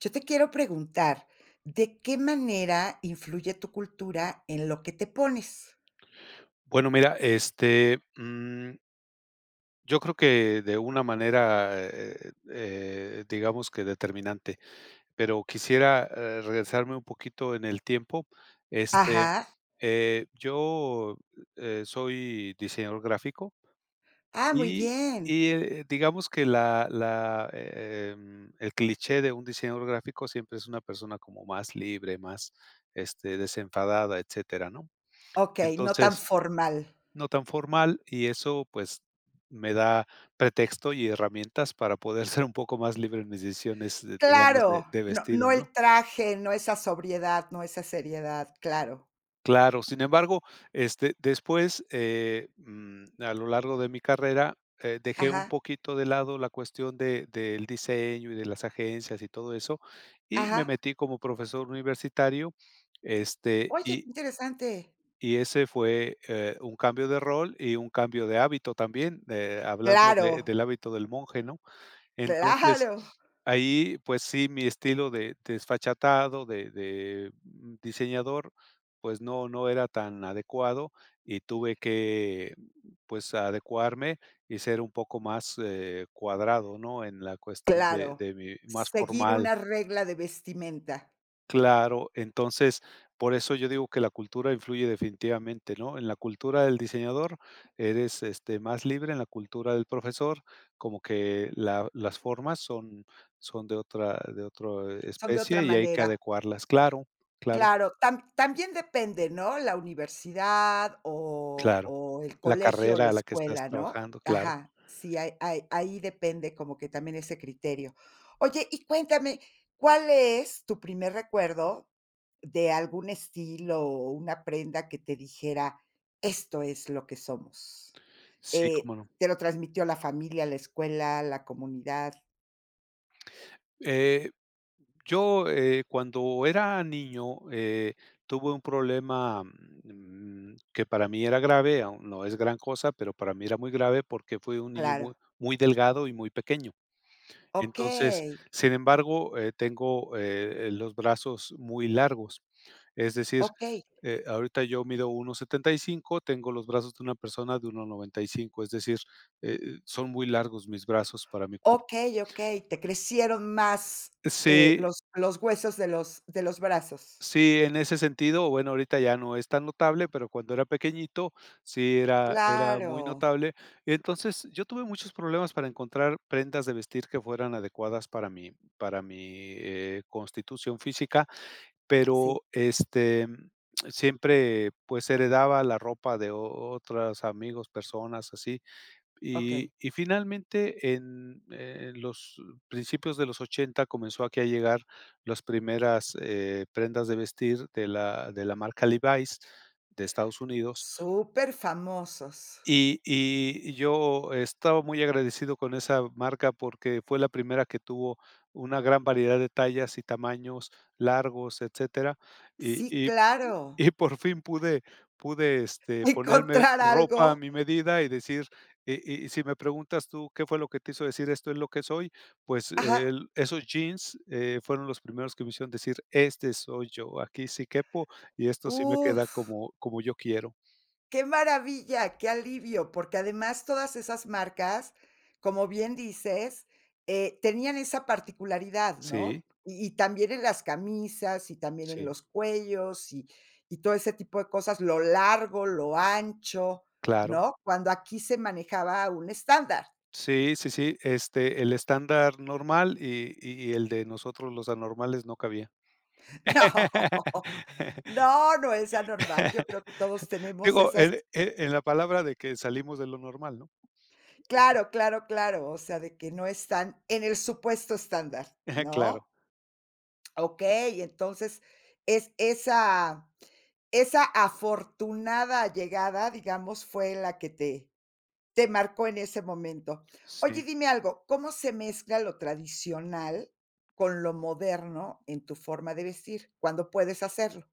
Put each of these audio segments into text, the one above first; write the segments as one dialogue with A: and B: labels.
A: Yo te quiero preguntar, ¿de qué manera influye tu cultura en lo que te pones?
B: Bueno, mira, yo creo que de una manera, digamos que determinante, pero quisiera regresarme un poquito en el tiempo. Este,
A: Ajá.
B: yo, soy diseñador gráfico
A: Ah, muy
B: y,
A: bien.
B: y digamos que el cliché de un diseñador gráfico siempre es una persona como más libre, más desenfadada, etcétera, ¿no?
A: Okey, no tan
B: Entonces,
A: formal.
B: no tan formal y eso, pues, me da pretexto y herramientas para poder ser un poco más libre en mis decisiones, de digamos, de
A: Claro,
B: de
A: no
B: vestido,
A: no
B: ¿no?
A: el traje, no esa sobriedad, no esa seriedad, claro.
B: Claro, sin embargo, después, a lo largo de mi carrera, dejé un
A: Ajá,
B: poquito de lado la cuestión de del diseño y de las agencias y todo eso, y me
A: ajá.
B: metí como profesor universitario. este,
A: Oye, qué
B: y
A: interesante.
B: Y ese fue, un cambio de rol y un cambio de hábito también, hablando de
A: Claro,
B: del hábito del monje, ¿no? Entonces,
A: claro,
B: ahí, pues sí, mi estilo de desfachatado, de diseñador, pues no era tan adecuado y tuve que, pues, adecuarme y ser un poco más, cuadrado, ¿no? En la cuestión de
A: claro.
B: de mi más
A: Seguir
B: formal.
A: una regla de vestimenta.
B: Claro, entonces, por eso yo digo que la cultura influye definitivamente, ¿no? En la cultura del diseñador eres, más libre; en la cultura del profesor, como que la las formas son de otra
A: Son de otra
B: especie y hay que
A: manera.
B: adecuarlas. Claro, claro,
A: Claro, también depende, ¿no? La universidad o
B: claro.
A: o el
B: La
A: colegio o
B: carrera
A: la
B: a la que estás
A: escuela, ¿no?
B: trabajando, claro.
A: Ajá, sí, ahí depende como que también ese criterio. Oye, y cuéntame, ¿cuál es tu primer recuerdo de algún estilo o una prenda que te dijera: "Esto es lo que somos"?
B: Sí, cómo no.
A: ¿Te lo transmitió la familia, la escuela, la comunidad?
B: Eh, yo, cuando era niño, tuve un problema, que para mí era grave, aún no es gran cosa, pero para mí era muy grave porque fui un niño muy
A: Claro.
B: muy delgado y muy pequeño. Entonces,
A: Okey,
B: sin embargo, tengo, los brazos muy largos. Es decir,
A: okey.
B: ahorita yo mido 1,75, tengo los brazos de una persona de 1,95. Es decir, eh, son muy largos mis brazos para mi cuerpo.
A: Okey, okey, te crecieron más,
B: Sí,
A: los huesos de los brazos.
B: Sí, en ese sentido, bueno, ahorita ya no es tan notable, pero cuando era pequeñito sí era
A: Claro.
B: muy notable. Entonces, yo tuve muchos problemas para encontrar prendas de vestir que fueran adecuadas para mi, constitución física,
A: Sí,
B: pero, siempre, pues, heredaba la ropa de otras amigos, personas así. Y
A: okey.
B: y finalmente, en los principios de los 80 comenzó aquí a llegar las primeras, prendas de vestir de la marca Levi's de Estados Unidos,
A: Famosos.
B: y yo estaba muy agradecido con esa marca porque fue la primera que tuvo una gran variedad de tallas y tamaños largos, etcétera, y
A: Sí,
B: y
A: claro.
B: y por fin pude, ponerme
A: Encontrar
B: ropa a
A: algo,
B: mi medida y decir, y y si me preguntas tú qué fue lo que te hizo decir esto es lo que soy, pues,
A: ajá,
B: el esos jeans, fueron los primeros que me hicieron decir: "Este soy yo, aquí sí quepo y esto sí me queda
A: uf.
B: como yo quiero".
A: Qué maravilla, qué alivio, porque además todas esas marcas, como bien dices, tenían esa particularidad,
B: Sí,
A: ¿no? Y también en las camisas, y también en
B: sí,
A: los cuellos, y todo ese tipo de cosas, lo largo, lo ancho,
B: claro.
A: ¿no? Cuando aquí se manejaba un estándar.
B: Sí, sí, sí, el estándar normal y el de nosotros los anormales no cabía.
A: No, no, no es anormal. Yo creo que todos tenemos
B: Digo,
A: esas,
B: en la palabra de que salimos de lo normal, ¿no?
A: claro, claro, claro, o sea, de que no están en el supuesto estándar, ¿no?
B: Claro,
A: Okey, entonces es esa afortunada llegada, digamos, fue la que te marcó en ese momento.
B: sí.
A: Oye, dime algo, ¿cómo se mezcla lo tradicional con lo moderno en tu forma de vestir? Cuando puedes hacerlo.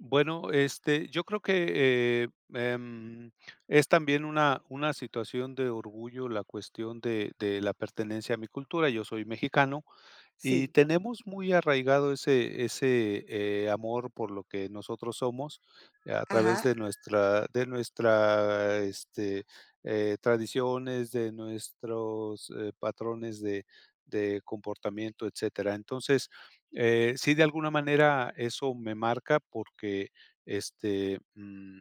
B: Bueno, yo creo que, em, es también una situación de orgullo la cuestión de la pertenencia a mi cultura. Yo soy mexicano. Y
A: Sí.
B: tenemos muy arraigado ese, amor por lo que nosotros somos, a través
A: Ajá,
B: de nuestra, tradiciones, de nuestros, patrones de comportamiento, etcétera. Entonces, sí, de alguna manera eso me marca porque, este, mm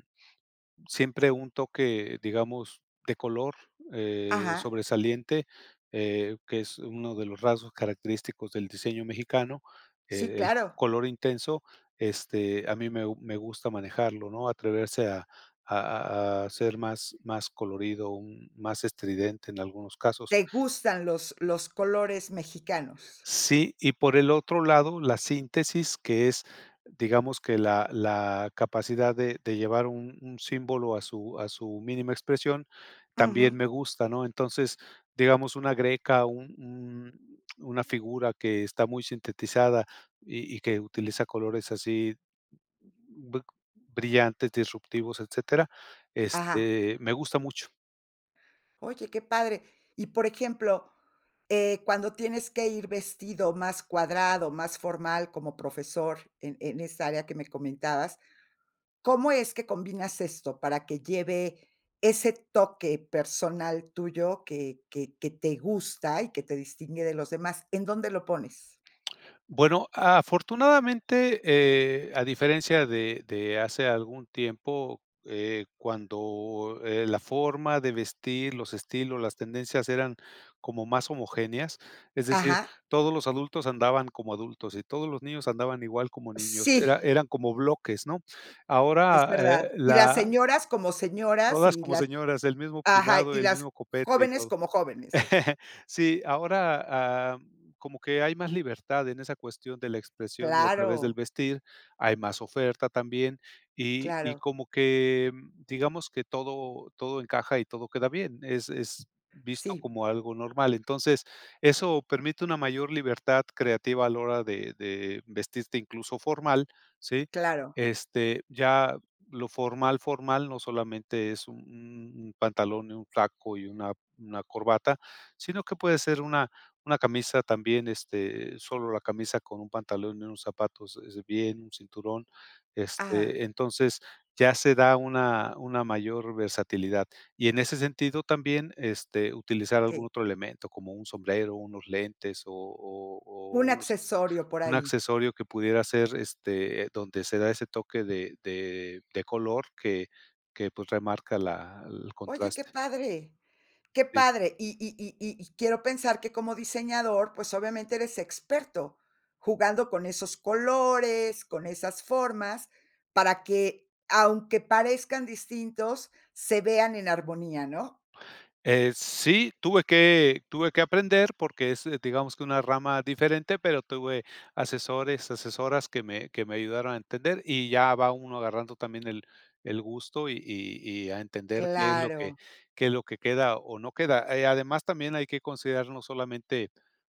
B: siempre un toque, digamos, de color,
A: ajá.
B: sobresaliente, que es uno de los rasgos característicos del diseño mexicano,
A: Sí,
B: el
A: claro.
B: color intenso. A mí me gusta manejarlo, ¿no? Atreverse a ser más colorido, un más estridente en algunos casos.
A: Te gustan los colores mexicanos.
B: Sí, y por el otro lado, la síntesis, que es, digamos que la capacidad de llevar un símbolo a su mínima expresión,
A: Ujú.
B: también me gusta, ¿no? Entonces, digamos, una greca, un una figura que está muy sintetizada y que utiliza colores así br brillantes, disruptivos, etcétera,
A: Ajá.
B: me gusta mucho.
A: Oye, qué padre. Y, por ejemplo, eh, cuando tienes que ir vestido más cuadrado, más formal como profesor en esa área que me comentabas, ¿cómo es que combinas esto para que lleve ese toque personal tuyo que te gusta y que te distingue de los demás? ¿En dónde lo pones?
B: Bueno, afortunadamente, a diferencia de hace algún tiempo, cuando, la forma de vestir, los estilos, las tendencias eran como más homogéneas. Es decir,
A: Ajá,
B: todos los adultos andaban como adultos y todos los niños andaban igual como niños,
A: sí,
B: eran como bloques, ¿no?
A: es
B: Ahora,
A: verdad. Y las
B: la
A: señoras como señoras
B: todas
A: y
B: como
A: las,
B: señoras, el mismo
A: ajá,
B: peinado,
A: y
B: el
A: las
B: mismo copete y
A: jóvenes
B: todo.
A: como jóvenes.
B: Sí, ahora, ah, como que hay más libertad en esa cuestión de la expresión y a través del
A: Claro,
B: vestir, hay más oferta también, y
A: claro,
B: como que, digamos que todo encaja y todo queda bien, es visto
A: sí,
B: como algo normal. Entonces, eso permite una mayor libertad creativa a la hora de vestirte incluso formal, ¿sí?
A: claro.
B: Ya lo formal, formal no solamente es un pantalón y un saco y una corbata, sino que puede ser una camisa también, solo la camisa con un pantalón y unos zapatos, es bien, un cinturón,
A: Ah,
B: entonces ya se da una mayor versatilidad. Y en ese sentido también, utilizar algún
A: sí.
B: otro elemento, como un sombrero, unos lentes o
A: Un
B: unos
A: accesorio por
B: un
A: ahí.
B: accesorio que pudiera ser, donde se da ese toque de color que, pues, remarca la el
A: Oye, qué
B: contraste.
A: padre, qué
B: Sí.
A: padre. Y quiero pensar que como diseñador, pues, obviamente eres experto jugando con esos colores, con esas formas, para que, aunque parezcan distintos, se vean en armonía, ¿no?
B: Sí, tuve que aprender porque es, digamos que una rama diferente, pero tuve asesores, asesoras que me ayudaron a entender, y ya va uno agarrando también el gusto y a entender qué es lo que,
A: Claro,
B: queda o no queda. Además, también hay que considerar no solamente,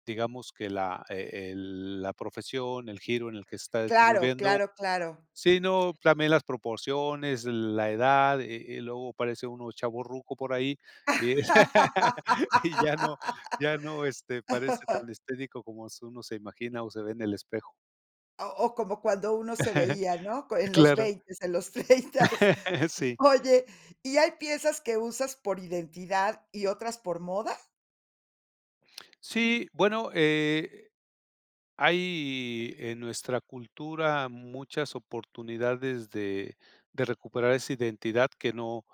B: digamos que la, el la profesión, el giro en el que se está
A: claro,
B: desenvolviendo,
A: claro, claro.
B: sino también las proporciones, la edad. Luego parece uno chavorruco por ahí, y y ya no, parece tan estético como s uno se imagina o se ve en el espejo.
A: O como cuando uno se veía, ¿no? Co En los
B: Claro,
A: veinte, en los treinta.
B: sí.
A: Oye, ¿y hay piezas que usas por identidad y otras por moda?
B: Sí, bueno, hay en nuestra cultura muchas oportunidades de, recuperar esa identidad que no,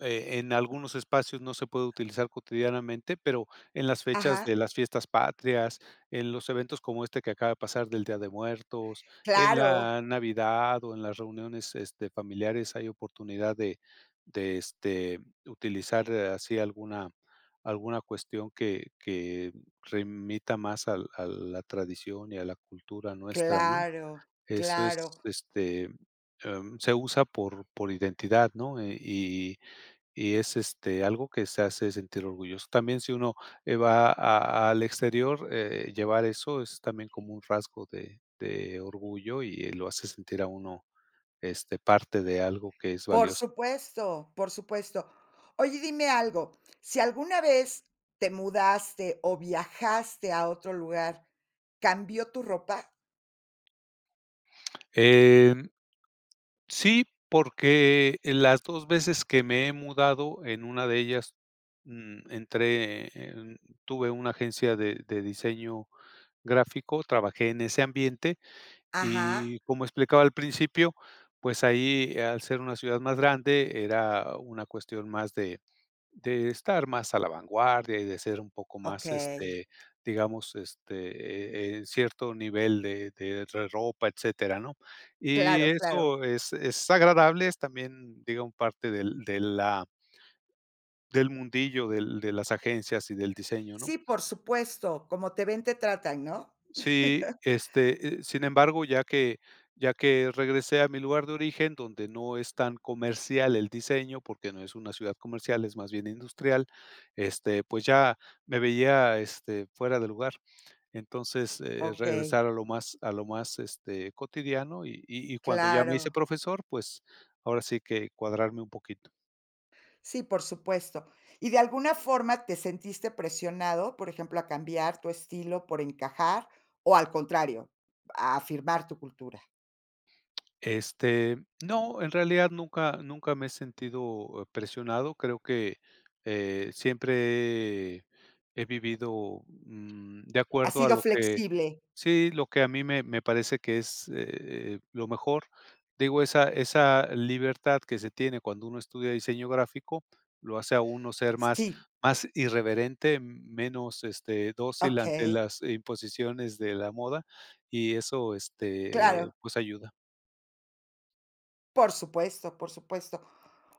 B: en algunos espacios no se puede utilizar cotidianamente, pero en las fechas de
A: Ajá.
B: las fiestas patrias, en los eventos como este que acaba de pasar del Día de Muertos, en
A: Claro,
B: la Navidad o en las reuniones, familiares, hay oportunidad de utilizar, así alguna cuestión que remita más al a la tradición y a la cultura nuestra, ¿no?
A: claro,
B: Eso es,
A: claro.
B: se usa por identidad, ¿no? Y es, algo que se hace sentir orgulloso. También, si uno, va a al exterior, llevar eso es también como un rasgo de orgullo y lo hace sentir a uno, parte de algo que es
A: Por
B: valioso.
A: supuesto, por supuesto. Oye, dime algo, si alguna vez te mudaste o viajaste a otro lugar, ¿cambió tu ropa?
B: Em Sí, porque las 2 veces que me he mudado, en una de ellas, entré en tuve una agencia de diseño gráfico, trabajé en ese ambiente
A: Ajá,
B: y, como explicaba al principio, pues ahí, al ser una ciudad más grande, era una cuestión más de estar más a la vanguardia y de ser un poco más,
A: okey.
B: digamos, en cierto nivel de re ropa, etcétera, ¿no? Y
A: Claro, claro.
B: eso es agradable, es también, digamos, parte del mundillo del de las agencias y del diseño, ¿no?
A: Sí, por supuesto, como te ven, te tratan, ¿no?
B: Sí, sin embargo, ya que regresé a mi lugar de origen, donde no es tan comercial el diseño, porque no es una ciudad comercial, es más bien industrial, pues ya me veía, fuera de lugar. Entonces,
A: Okey,
B: regresar a lo más, cotidiano, y cuando ya me hice
A: claro.
B: profesor, pues, ahora sí que cuadrarme un poquito.
A: Sí, por supuesto. ¿Y de alguna forma te sentiste presionado, por ejemplo, a cambiar tu estilo por encajar o al contrario, a afirmar tu cultura?
B: Este, no, en realidad nunca me he sentido, presionado. Creo que, siempre he vivido, de
A: ¿Has
B: acuerdo a
A: sido
B: lo que,
A: flexible?
B: sí, lo que a mí me parece que es, lo mejor. Digo, esa libertad que se tiene cuando uno estudia diseño gráfico lo hace a uno ser más
A: Sí,
B: más irreverente, menos, dócil ante
A: okey,
B: las imposiciones de la moda, y eso,
A: claro,
B: pues ayuda.
A: por supuesto, por supuesto.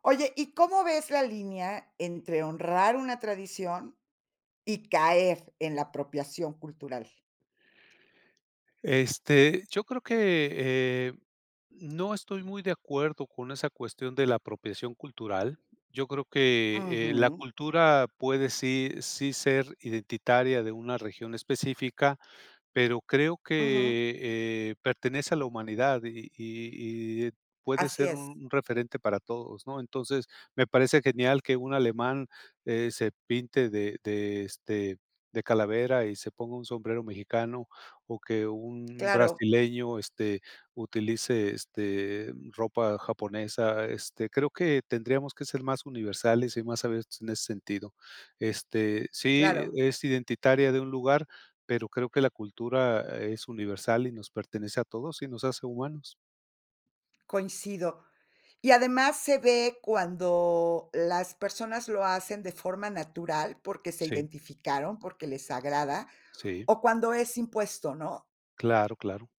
A: Oye, ¿y cómo ves la línea entre honrar una tradición y caer en la apropiación cultural?
B: Yo creo que, eh, no estoy muy de acuerdo con esa cuestión de la apropiación cultural. Yo creo que, la
A: Ujú,
B: cultura puede sí sí ser identitaria de una región específica, pero creo
A: ujú,
B: que, pertenece a la humanidad y puede
A: así
B: ser
A: es,
B: un referente para todos, ¿no? Entonces, me parece genial que un alemán, se pinte de calavera y se ponga un sombrero mexicano, o que un
A: claro,
B: brasileño, utilice, ropa japonesa. Creo que tendríamos que ser más universales y más abiertos en ese sentido. Sí,
A: claro.
B: es identitaria de un lugar, pero creo que la cultura, es universal y nos pertenece a todos y nos hace humanos.
A: Coincido. Y además se ve cuando las personas lo hacen de forma natural, porque se
B: Sí,
A: identificaron, porque les agrada,
B: sí,
A: o cuando es impuesto, ¿no?
B: claro, claro.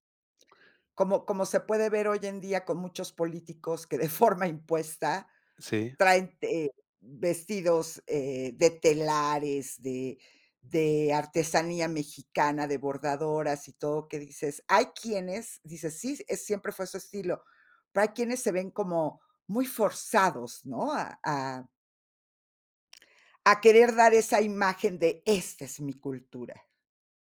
A: Como como se puede ver hoy en día con muchos políticos que de forma impuesta
B: Sí,
A: traen, vestidos, de telares, de artesanía mexicana, de bordadoras y todo, que dices hay quienes, dices: "Sí, es siempre fue su estilo", pero hay quienes se ven como muy forzados, ¿no? A a querer dar esa imagen de: "Esta es mi cultura".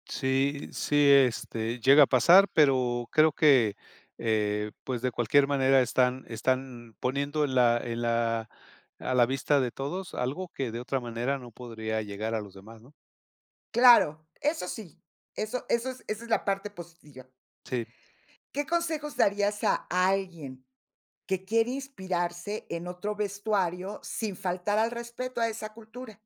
B: sí, sí, llega a pasar, pero creo que, pues, de cualquier manera están poniendo en la a la vista de todos algo que de otra manera no podría llegar a los demás, ¿no?
A: Claro, eso sí, eso es esa es la parte positiva.
B: Sí.
A: ¿Qué consejos darías a alguien que quiere inspirarse en otro vestuario sin faltar al respeto a esa cultura?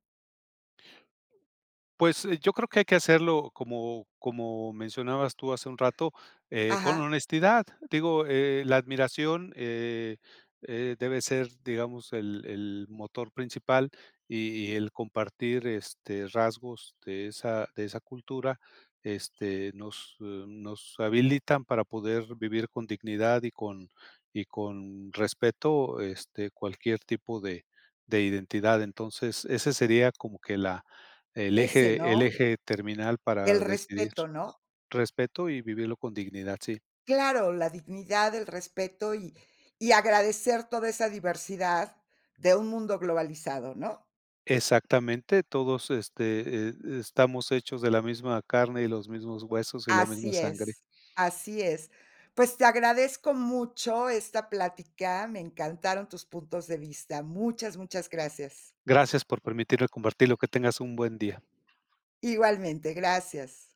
B: Pues, yo creo que hay que hacerlo como mencionabas tú hace un rato, con
A: Ajá,
B: honestidad. Digo, la admiración, debe ser, digamos, el motor principal, y el compartir, rasgos de esa cultura, nos, nos habilitan para poder vivir con dignidad y con respeto, cualquier tipo de identidad. Entonces, ese sería como que la
A: ese,
B: el
A: ¿no?
B: eje terminal
A: El
B: para decidir.
A: respeto, ¿no?
B: Respeto y vivirlo con dignidad, sí.
A: Claro, la dignidad, el respeto y agradecer toda esa diversidad de un mundo globalizado, ¿no?
B: Exactamente, todos, estamos hechos de la misma carne y los mismos huesos y la misma
A: Así
B: sangre.
A: es, así es. Pues te agradezco mucho esta plática, me encantaron tus puntos de vista. Muchas, muchas gracias.
B: Gracias por permitirme compartirlo, que tengas un buen día.
A: Igualmente, gracias.